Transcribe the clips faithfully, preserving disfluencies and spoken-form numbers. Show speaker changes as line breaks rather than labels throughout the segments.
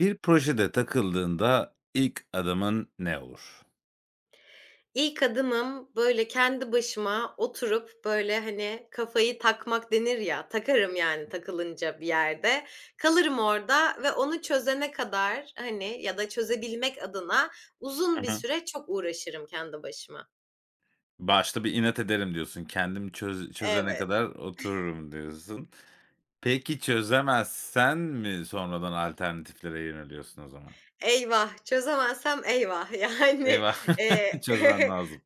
Bir projede takıldığında ilk adımın ne olur?
İlk adımım, böyle, kendi başıma oturup, böyle, hani, kafayı takmak denir ya, takarım, yani, takılınca bir yerde. Kalırım orada ve onu çözene kadar, hani, ya da çözebilmek adına
Hı
uzun bir
hı.
süre çok uğraşırım kendi başıma.
Başta bir inat ederim diyorsun. Kendim çöz çözene
Evet.
kadar otururum diyorsun. Peki çözemezsen mi sonradan alternatiflere yöneliyorsun o zaman?
Eyvah! Çözemezsem eyvah, yani,
Eyvah!
eee
Çözmen lazım.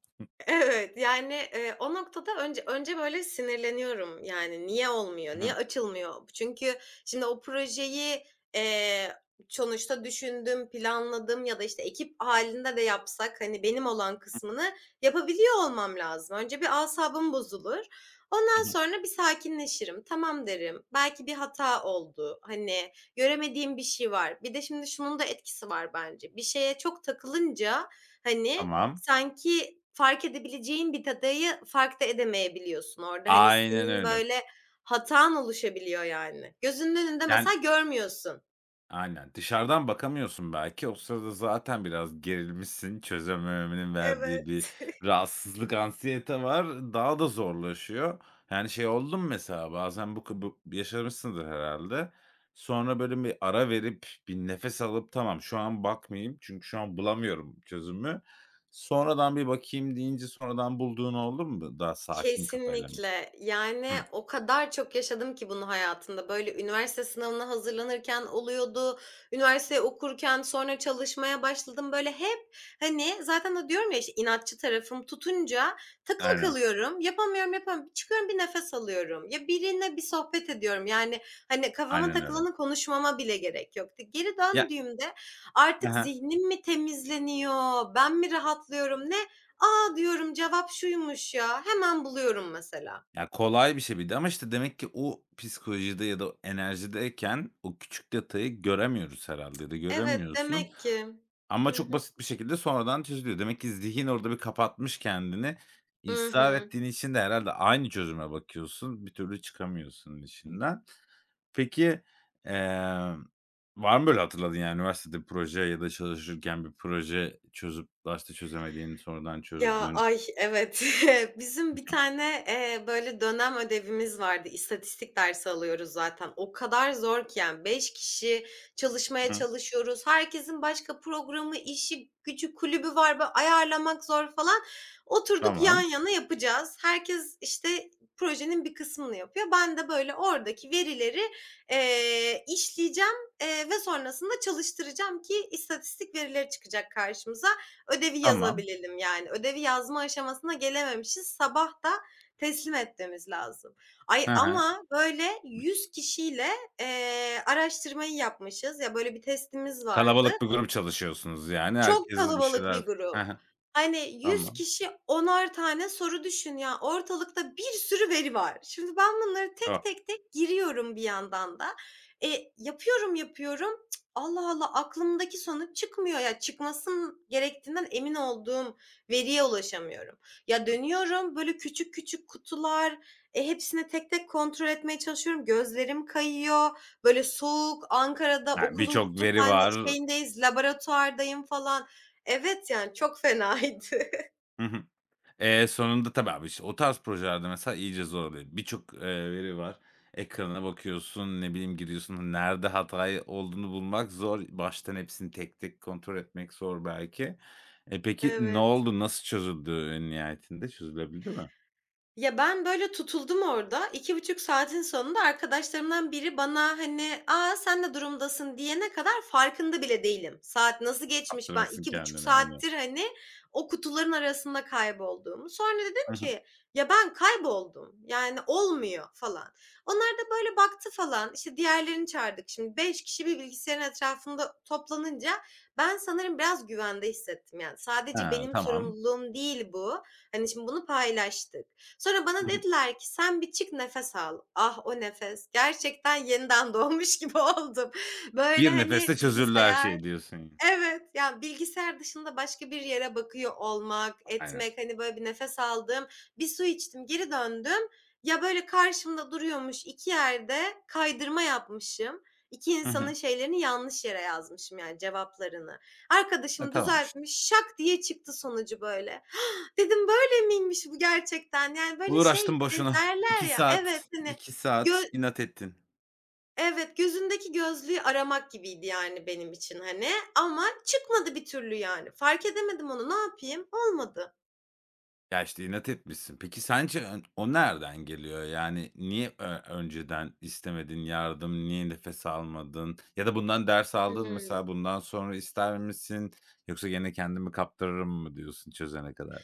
Evet, yani, eee, o noktada önce önce böyle sinirleniyorum. Yani, niye olmuyor,
Hı hı.
niye açılmıyor? Çünkü şimdi o projeyi, eee, sonuçta düşündüm, planladım ya da, işte, ekip hâlinde de yapsak, hani, benim olan kısmını yapabiliyor olmam lazım. Önce bir asabım bozulur.
Hı
Ondan
hı.
sonra bir sakinleşirim. Tamam derim. Belki bir hata oldu. Hani, göremediğim bir şey var. Bir de şimdi şunun da etkisi var bence. Bir şeye çok takılınca, hani,
Tamam.
sanki fark edebileceğin bir datayı fark da edemeyebiliyorsun orada. Hani,
Aynen
senin,
öyle.
böyle, hatan oluşabiliyor yani. Gözünün önünde
Yani.
mesela görmüyorsun.
Aynen. Dışarıdan bakamıyorsun belki. O sırada zaten biraz gerilmişsin. Çözememenin verdiği bir
Evet.
rahatsızlık, anksiyete var. Daha da zorlaşıyor. Yani şey oldu mu mesela bazen bu bu yaşamışsındır herhalde. Sonra böyle bir ara verip bir nefes alıp tamam şu an bakmayayım çünkü şu an bulamıyorum çözümü. Sonradan bir bakayım deyince sonradan bulduğun oldu mu? Daha sakin kafayla mesela.
Kesinlikle. Yani,
Hımm.
o kadar çok yaşadım ki bunu hayatımda. Böyle, üniversite sınavına hazırlanırken oluyordu, üniversite okurken, sonra çalışmaya başladım. Böyle, hep, hani, zaten o diyorum ya, işte, inatçı tarafım tutunca takılı
Aynen.
kalıyorum. Yapamıyorum, yapamıyorum. Çıkıyorum, bir nefes alıyorum. Ya, birine bir sohbet ediyorum. Yani, hani, kafama
Aynen öyle.
takılanı konuşmama bile gerek yoktu. Geri
Ya.
döndüğümde artık
Hı.
zihnim mi temizleniyor, ben mi rahatlıyorum, ne? "A!" diyorum, "Cevap şuymuş ya." Hemen buluyorum mesela.
Ya, kolay bir şey bir de ama, işte, demek ki o psikolojide ya da o enerjideyken o küçük detayı göremiyoruz herhalde ya da
Evet,
göremiyorsun
demek ki.
ama
Hı
çok
hı.
basit bir şekilde sonradan çözülüyor. Demek ki zihin orada bir kapatmış kendini.
Hı
Israr
hı.
ettiğin için de herhâlde aynı çözüme bakıyorsun, bir türlü çıkamıyorsun içinden. Peki, emm, var mı böyle hatırladın yani, üniversitede bir proje ya da çalışırken bir proje çözüp başta çözemediğini sonradan
Ya,
çözdüğün?
ay, evet. Bizim bir tane, eee, böyle dönem ödevimiz vardı. İstatistik dersi alıyoruz zaten. O kadar zor ki yani beş kişi
Hı
çalışmaya
hı.
çalışıyoruz. Herkesin başka programı, işi, gücü, kulübü var. Böyle ayarlamak zor falan. Oturduk yan
Tamam,
yana yapacağız. Herkes, işte, projenin bir kısmını yapıyor. Ben de böyle oradaki verileri, eee, işleyeceğim, eee, ve sonrasında çalıştıracağım ki istatistik verileri çıkacak karşımıza. Ödevi
tamam.
yazabilelim yani. Ödevi yazma aşamasına gelememişiz. Sabah da teslim etmemiz lazım. Ay,
He he.
ama böyle yüz kişiyle, eee, araştırmayı yapmışız. Ya, böyle bir testimiz vardı.
Kalabalık bir grup çalışıyorsunuz yani.
Çok
Herkes bir
kalabalık
şeyler.
bir
Hı
grup.
hı.
Hani yüz
Tamam.
kişi onar tane soru düşün ya, ortalıkta bir sürü veri var. Şimdi ben bunları
O
tek tek tek giriyorum bir yandan da. E, yapıyorum, yapıyorum. Cık, Allah Allah aklımdaki sonuç çıkmıyor ya. Çıkmasın gerektiğinden emin olduğum veriye ulaşamıyorum. Ya dönüyorum böyle küçük küçük kutular, e, hepsini tek tek kontrol etmeye çalışıyorum. Gözlerim kayıyor. Böyle soğuk, Ankara'da
yani
okulun
birçok veri
kütüphane
var.
şeyindeyiz, laboratuvardayım falan. Evet, yani çok fenaydı.
Hı hı. Eee, sonunda tabii abi, işte, o tarz projelerde mesela iyice zor oluyor. Birçok, eee, veri var. Ekrana bakıyorsun, ne bileyim, giriyorsun. Nerede hata olduğunu bulmak zor. Baştan hepsini tek tek kontrol etmek zor belki. E, peki ne
Evet.
oldu? Nasıl çözüldü en nihayetinde? Çözülebildi mi?
Ya, ben, böyle, tutuldum orada. İki buçuk saatin sonunda arkadaşlarımdan biri bana, hani, "aa sen de durumdasın?" diyene kadar farkında bile değilim. Saat nasıl geçmiş? Ben
Kaptırmışsın
iki buçuk
kendini. Aynen.
saattir, hani, o kutuların arasında kaybolduğumu. Sonra dedim
Hı hı.
ki, "Ya, ben kayboldum. Yani, olmuyor." falan. Onlar da, böyle, baktı falan. İşte diğerlerini çağırdık. Şimdi beş kişi bir bilgisayarın etrafında toplanınca ben sanırım biraz güvende hissettim. Yani, sadece
Ha,
benim
tamam.
sorumluluğum değil bu. Hani, şimdi bunu paylaştık. Sonra bana
Hı hı.
dediler ki, "Sen bir çık nefes al." Ah, o nefes! Gerçekten yeniden doğmuş gibi oldum. Böyle,
Bir nefeste
hani,
çözüldü her
bilgisayar.
şey diyorsun.
Evet, ya, bilgisayar dışında başka bir yere bakıyor olmak,
Aynen.
etmek, hani, böyle bir nefes aldım, bir su içtim, geri döndüm. Ya, böyle karşımda duruyormuş, iki yerde kaydırma yapmışım. iki
Hı hı.
insanın şeylerini yanlış yere yazmışım, yani, cevaplarını.
E,
Arkadaşım
tamam işte.
düzeltmiş, şak diye çıktı sonucu böyle. Dedim, "Böyle miymiş bu gerçekten?" Yani, böyle, şey
Uğraştın
de
boşuna.
derler
iki
ya. Evet,
saat,
hani,
iki
gö
saat inat ettin.
evet, gözündeki gözlüğü aramak gibiydi, yani, benim için, hani, ama çıkmadı bir türlü, yani. Fark edemedim onu. Ne yapayım? Olmadı.
Ya, işte, inat etmişsin. Peki sence ön o nereden geliyor? Yani niye ö önceden istemedin yardım? Niye nefes almadın? Ya da bundan ders aldın
Hıı.
mesela bundan sonra ister misin? Yoksa gene kendimi kaptırırım mı diyorsun çözene kadar?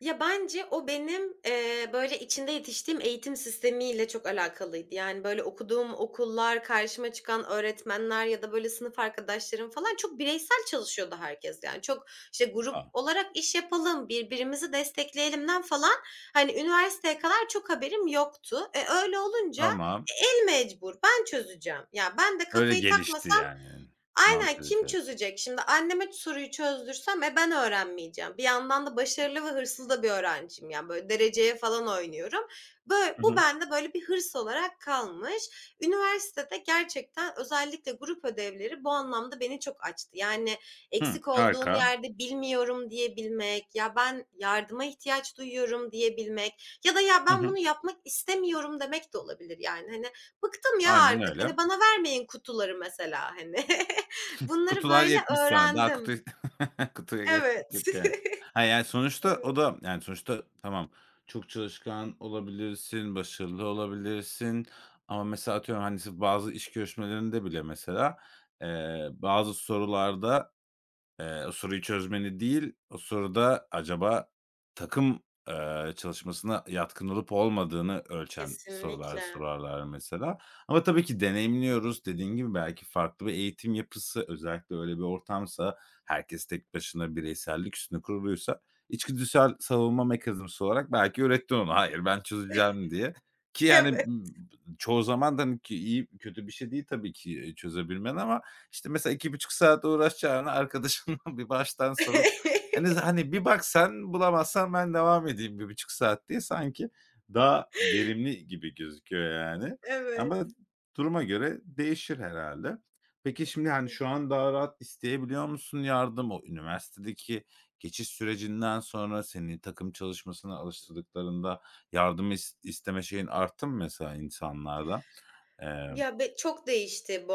Ya, bence o benim, eee, böyle, içinde yetiştiğim eğitim sistemiyle çok alakalıydı. Yani, böyle, okuduğum okullar, karşıma çıkan öğretmenler ya da, böyle, sınıf arkadaşlarım falan çok bireysel çalışıyordu herkes. Yani, çok, işte,
A,
grup olarak iş yapalım, birbirimizi destekleyelimden falan, hani, üniversiteye kadar çok haberim yoktu. E, öyle olunca,
tamam.
e, el mecbur, ben çözeceğim. Ya, ben de
Öyle
kafayı
gelişti
takmasam
yani
aynen, kim
mantalite.
çözecek? Şimdi anneme soruyu çözdürsem, e, ben öğrenmeyeceğim. Bir yandan da başarılı ve hırslı da bir öğrenciyim. Yani, böyle, dereceye falan oynuyorum. Böyle
Hı
bu
hı.
bende, böyle, bir hırs olarak kalmış. Üniversitede gerçekten özellikle grup ödevleri bu anlamda beni çok açtı. Yani,
Hı,
eksik olduğun
harika.
yerde bilmiyorum diyebilmek, ya, ben yardıma ihtiyaç duyuyorum diyebilmek ya da ya,
Hı
ben
hı.
bunu yapmak istemiyorum demek de olabilir, yani. Hani, bıktım ya
Aynen
artık,
öyle.
hani, bana vermeyin kutuları mesela, hani. Bunları
Kutular
böyle
yetmiş sana. Daha kutu
öğrendim.
kutuya gerek
Evet.
yok yani. Hayır, yani, sonuçta o
Evet.
da, yani, sonuçta tamam, çok çalışkan olabilirsin, başarılı olabilirsin ama mesela atıyorum, hani, bazı iş görüşmelerinde bile mesela, eee, bazı sorularda. Eee, o soruyu çözmeni değil, o soruda acaba takım, eee, çalışmasına yatkın olup olmadığını ölçen sorular
Kesinlikle.
sorarlar mesela. Ama tabii ki deneyimliyoruz. Dediğin gibi belki farklı bir eğitim yapısı, özellikle öyle bir ortamsa, herkes tek başına bireysellik üstüne kuruluysa, içgüdüsel savunma mekanizması olarak belki öğrettin ona, "Hayır, ben çözeceğim." diye. Ki yani,
Evet.
ımm, çoğu zaman da, hani, ki iyi kötü bir şey değil tabii ki, eee, çözebilmen ama işte, mesela iki buçuk saat uğraşacağına arkadaşına bir baştan sorup, hani, hani, bir bak sen, bulamazsan ben devam edeyim bir buçuk saat diye sanki daha verimli gibi gözüküyor yani. Ama
Evet.
duruma göre değişir herhalde. Peki, şimdi, hani, şu an daha rahat isteyebiliyor musun yardım? O üniversitedeki geçiş sürecinden sonra seni takım çalışmasına alıştırdıklarında yardım is isteme şeyin arttı mı mesela insanlarda? Eee
Ya, be çok değişti bu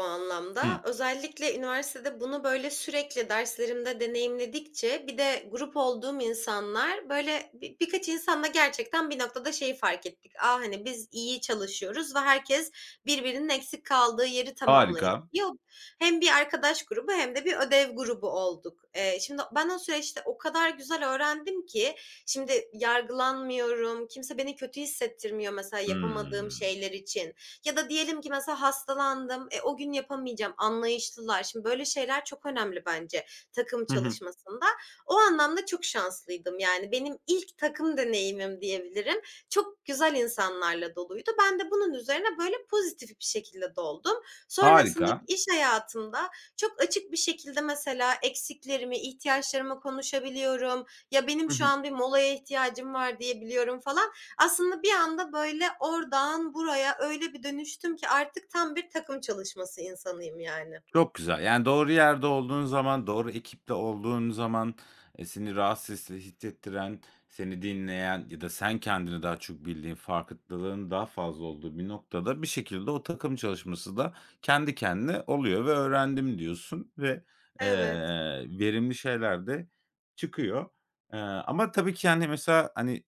Hı,
anlamda. Özellikle üniversitede bunu, böyle, sürekli derslerimde deneyimledikçe bir de grup olduğum insanlar, böyle, bi birkaç insanla gerçekten bir noktada şeyi fark ettik. A, hani, biz iyi çalışıyoruz ve herkes birbirinin eksik kaldığı yeri
harika.
tamamlayabiliyor. Hem bir arkadaş grubu hem de bir ödev grubu olduk. Eee, şimdi ben o süreçte o kadar güzel öğrendim ki şimdi yargılanmıyorum, kimse beni kötü hissettirmiyor mesela yapamadığım
Hımm.
şeyler için. Ya da diyelim ki mesela hastalandım, e, o gün yapamayacağım, anlayışlılar. Şimdi böyle şeyler çok önemli bence takım
Hı hı.
çalışmasında. O anlamda çok şanslıydım. Yani benim ilk takım deneyimim diyebilirim. Çok güzel insanlarla doluydu. Ben de bunun üzerine böyle pozitif bir şekilde doldum. Sonrasındaki
Harika.
iş hayatımda çok açık bir şekilde mesela eksiklerimi, ihtiyaçlarımı konuşabiliyorum. Ya benim
Hı
şu
hı.
an bir molaya ihtiyacım var diyebiliyorum falan. Aslında bir anda böyle oradan buraya öyle bir dönüştüm ki artık tam bir takım çalışması insanıyım yani.
Çok güzel. Yani doğru yerde olduğun zaman, doğru ekiple olduğun zaman, eee, seni rahatsız his hissettiren, seni dinleyen ya da sen kendini daha çok bildiğin, farkındalığın daha fazla olduğu bir noktada bir şekilde o takım çalışması da kendi kendine oluyor ve öğrendim diyorsun ve, eee,
Evet.
verimli şeyler de çıkıyor. Eee, ama tabii ki, yani, mesela, hani.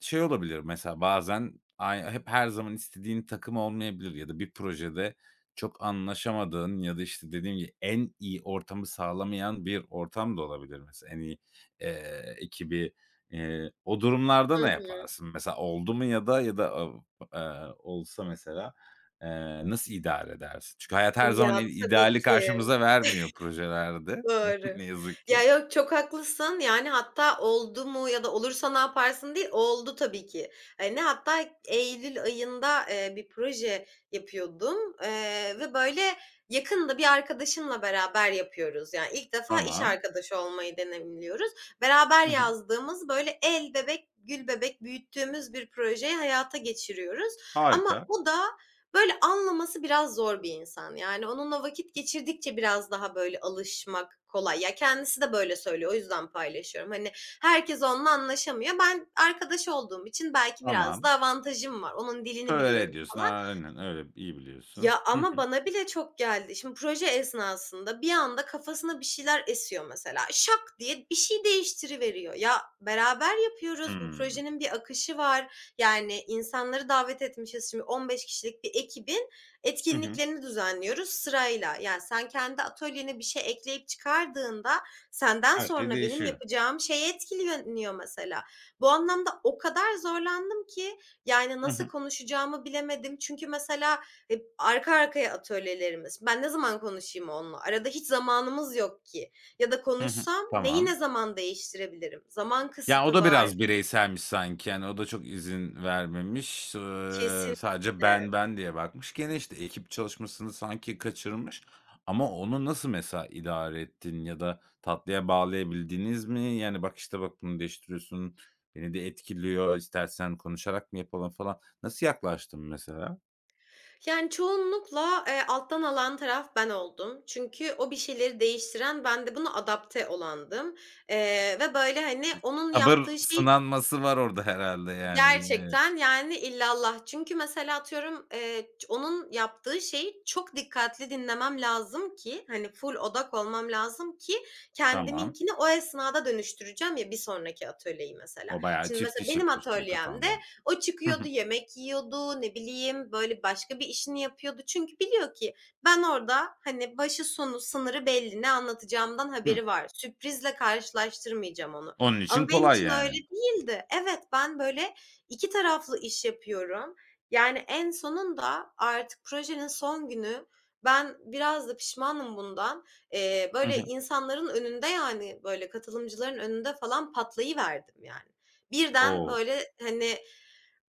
Şey olabilir mesela bazen ay hep her zaman istediğin takım olmayabilir ya da bir projede çok anlaşamadığın ya da, işte, dediğim gibi en iyi ortamı sağlamayan bir ortam da olabilir mesela en iyi, eee, ekibi. Eee, o durumlarda
Hı
ne
hı.
yaparsın? Mesela oldu mu ya da ya da av olsa mesela, eee, nasıl idare edersin? Çünkü hayat her zaman i
Ya, tabii
ideali
ki.
karşımıza vermiyor projelerde
Doğru.
ne yazık
Ya,
ki.
yok, çok haklısın. Yani, hatta oldu mu ya da olursa ne yaparsın değil, oldu tabii ki. Hani, hatta eylül ayında, eee, bir proje yapıyordum, eee, ve böyle yakında bir arkadaşımla beraber yapıyoruz. Yani, ilk defa iş
Tamam.
arkadaşı olmayı deneyimliyoruz. Beraber
Hı hı.
yazdığımız, böyle el bebek, gül bebek büyüttüğümüz bir projeyi hayata geçiriyoruz ama
Harika.
o da böyle anlaması biraz zor bir insan. Yani onunla vakit geçirdikçe biraz daha böyle alışmak kolay. Ya kendisi de böyle söylüyor. O yüzden paylaşıyorum. Hani herkes onunla anlaşamıyor. Ben arkadaş olduğum için belki biraz
Tamam.
da avantajım var. Onun dilini
Tolere
biliyorum
ediyorsun.
falan.
Aynen öyle, iyi biliyorsun.
Ya,
Hı
ama
hı.
bana bile çok geldi. Şimdi proje esnasında bir anda kafasına bir şeyler esiyor mesela. Şak diye bir şey değiştiriveriyor. Ya, beraber yapıyoruz, bu
Hımm.
projenin bir akışı var. Yani insanları davet etmişiz. Şimdi on beş kişilik bir ekibin
Hı hı.
etkinliklerini düzenliyoruz sırayla. Yani sen kendi atölyene bir şey ekleyip çıkardığında senden
Her şey
sonra benim
değişiyor.
yapacağım şey etkileniyor mesela. Bu anlamda o kadar zorlandım ki, yani,
Hı
nasıl
hı.
konuşacağımı bilemedim. Çünkü mesela hep arka arkaya atölyelerimiz. Ben ne zaman konuşayım onunla? Arada hiç zamanımız yok ki ya da
Hı hı.
konuşsam neyi
Tamam.
ne zaman değiştirebilirim? Zaman
Ya, o
kısıtı
da
var
biraz bireyselmiş sanki. Yani, o da çok izin vermemiş. Iıı, sadece
kesinlikle.
ben, ben diye bakmış. Gene, işte, ekip çalışmasını sanki kaçırmış ama onu nasıl mesela idare ettin ya da tatlıya bağlayabildiniz mi? Yani, "Bak, işte, bak bunu değiştiriyorsun, beni de etkiliyor, istersen konuşarak mı yapalım?" falan. Nasıl yaklaştın mesela?
Yani çoğunlukla, eee, alttan alan taraf ben oldum. Çünkü o bir şeyleri değiştiren ben de buna adapte olandım, eee, ve böyle, hani, onun
Sabır
yaptığı şey.
sınanması var orada herhâlde yani. Eee,
Gerçekten, yani, illallah. Çünkü mesela atıyorum, eee, ç onun yaptığı şeyi çok dikkatli dinlemem lazım ki, hani, full odak olmam lazım ki
tamam.
kendiminkini o esnada dönüştüreceğim ya bir sonraki atölyeyi mesela.
O bayağı
Şimdi
çift
mesela
iş
benim
yapıyorsun
atölyemde
kafanda.
o
Hı
çıkıyordu,
hı.
yemek yiyordu, ne bileyim, böyle, başka bir işini yapıyordu. Çünkü biliyor ki ben orada, hani, başı sonu sınırı belli, ne anlatacağımdan
Hıı.
haberi var. Sürprizle karşılaştırmayacağım onu.
Onun için
Ama benim
kolay
için öyle
yani.
değildi. Evet, ben, böyle, İki taraflı iş yapıyorum. Yani en sonunda artık projenin son günü ben biraz da pişmanım bundan. Eee,
Hı hı.
böyle insanların önünde yani, böyle katılımcıların önünde falan patlayıverdim yani. Birden
O!
böyle, hani,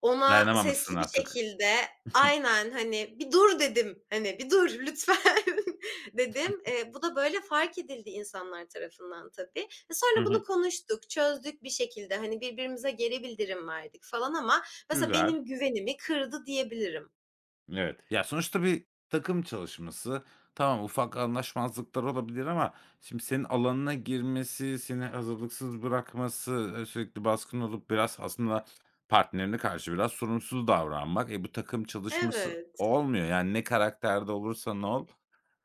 ona
Dayanamamışsın
sesli bir
artık.
şekilde aynen, hani, "Bir dur." dedim, hani, "Bir dur lütfen." dedim. Eee, bu da böyle fark edildi insanlar tarafından tabii. E,
Hı
sonra bunu
hı.
konuştuk, çözdük bir şekilde. Hani birbirimize geri bildirim verdik falan ama mesela
Güzel.
benim güvenimi kırdı diyebilirim.
Evet. Ya, sonuçta bir takım çalışması. Tamam, ufak anlaşmazlıklar olabilir ama şimdi senin alanına girmesi, seni hazırlıksız bırakması, eee, sürekli baskın olup biraz aslında partnerine karşı biraz sorumsuz davranmak. E, bu takım çalışması
Evet.
olmuyor. Yani ne karakterde olursan ol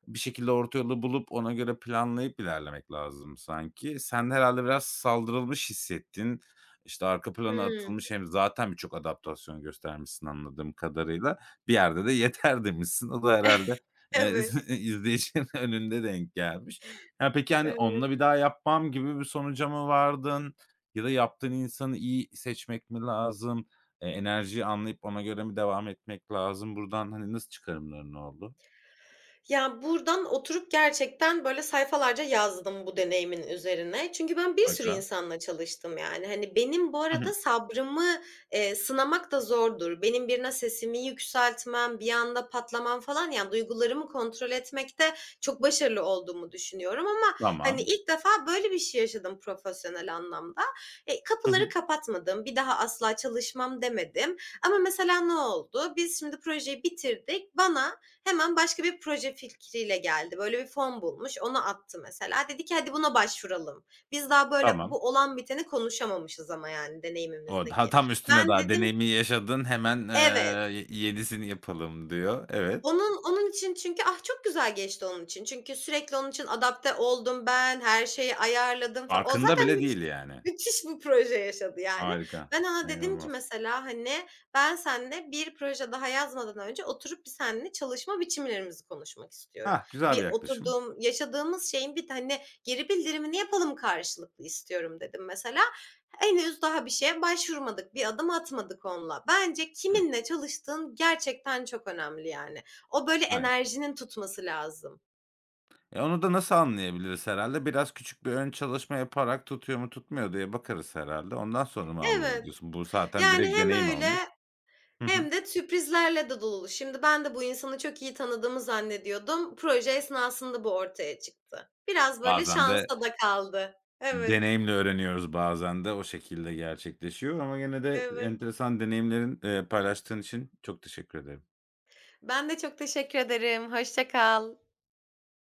bir şekilde orta yolu bulup ona göre planlayıp ilerlemek lazım sanki. Sen de herhâlde biraz saldırılmış hissettin. İşte, arka plana
Hımm.
atılmış hem zaten birçok adaptasyon göstermişsin anladığım kadarıyla. Bir yerde de yeter demişsin. O da herhâlde, eee,
Evet.
izleyicinin önünde denk gelmiş. Ya, peki, hani,
Evet.
onunla bir daha yapmam gibi bir sonuca mı vardın ya da yaptığın insanı iyi seçmek mi lazım? Eee, enerjiyi anlayıp ona göre mi devam etmek lazım? Buradan, hani, nasıl çıkarımların oldu?
Ya, buradan oturup gerçekten, böyle, sayfalarca yazdım bu deneyimin üzerine. Çünkü ben bir sürü
Aga.
insanla çalıştım, yani. Hani, benim bu
Hı hı.
arada sabrımı, eee, sınamak da zordur. Benim birine sesimi yükseltmem, bir anda patlamam falan, yani, duygularımı kontrol etmekte çok başarılı olduğumu düşünüyorum ama, hani,
Tamam.
ilk defa böyle bir şey yaşadım profesyonel anlamda. E,
Hı
kapıları
hı.
kapatmadım, bir daha asla çalışmam demedim ama mesela ne oldu? Biz şimdi projeyi bitirdik. Bana hemen başka bir proje fikriyle geldi. Böyle bir fon bulmuş, onu attı mesela. Dedi ki hadi buna başvuralım. Biz daha böyle
Tamam.
bu olan biteni konuşamamışız ama yani
O daha
deneyimimizdeki.
tam üstüne
Ben
daha
dedim.
deneyimi yaşadın, hemen,
Evet.
eee, "Ye yenisini yapalım." diyor. Evet.
Onun onun için çünkü ah, çok güzel geçti onun için. Çünkü sürekli onun için adapte oldum ben, her şeyi ayarladım fa. O
Farkında
zaten
bile
müthiş
değil yani.
müthiş bir proje yaşadı yani.
Harika.
Ben ona dedim ki
İnanılmaz.
mesela, hani, "Ben seninle bir proje daha yazmadan önce oturup bir seninle çalışma biçimlerimizi konuşmak istiyorum.
Hah, güzel
Bir
bir yaklaşım.
oturduğum, yaşadığımız şeyin bir hani geri bildirimini yapalım karşılıklı istiyorum." dedim mesela. Henüz daha bir şeye başvurmadık, bir adım atmadık onunla. Bence
Hıh,
kiminle çalıştığın gerçekten çok önemli yani. O böyle
aynen.
enerjinin tutması lazım.
E, onu da nasıl anlayabiliriz herhâlde? Biraz küçük bir ön çalışma yaparak tutuyor mu, tutmuyor diye bakarız herhâlde. Ondan sonra mı anlarız
Evet.
diyorsun? Bu zaten
Yani
direkt
hem
deneyim
öyle
olmuş. Hı hı.
hem de sürprizlerle de dolu. Şimdi ben de bu insanı çok iyi tanıdığımı zannediyordum. Proje esnasında bu ortaya çıktı. Biraz böyle
Bazen de.
şansa da kaldı. Evet,
Deneyimle öğreniyoruz bazen de o şekilde gerçekleşiyor ama gene de
evet.
enteresan deneyimlerin, eee, paylaştığın için çok teşekkür ederim.
Ben de çok teşekkür ederim. Hoşça kal.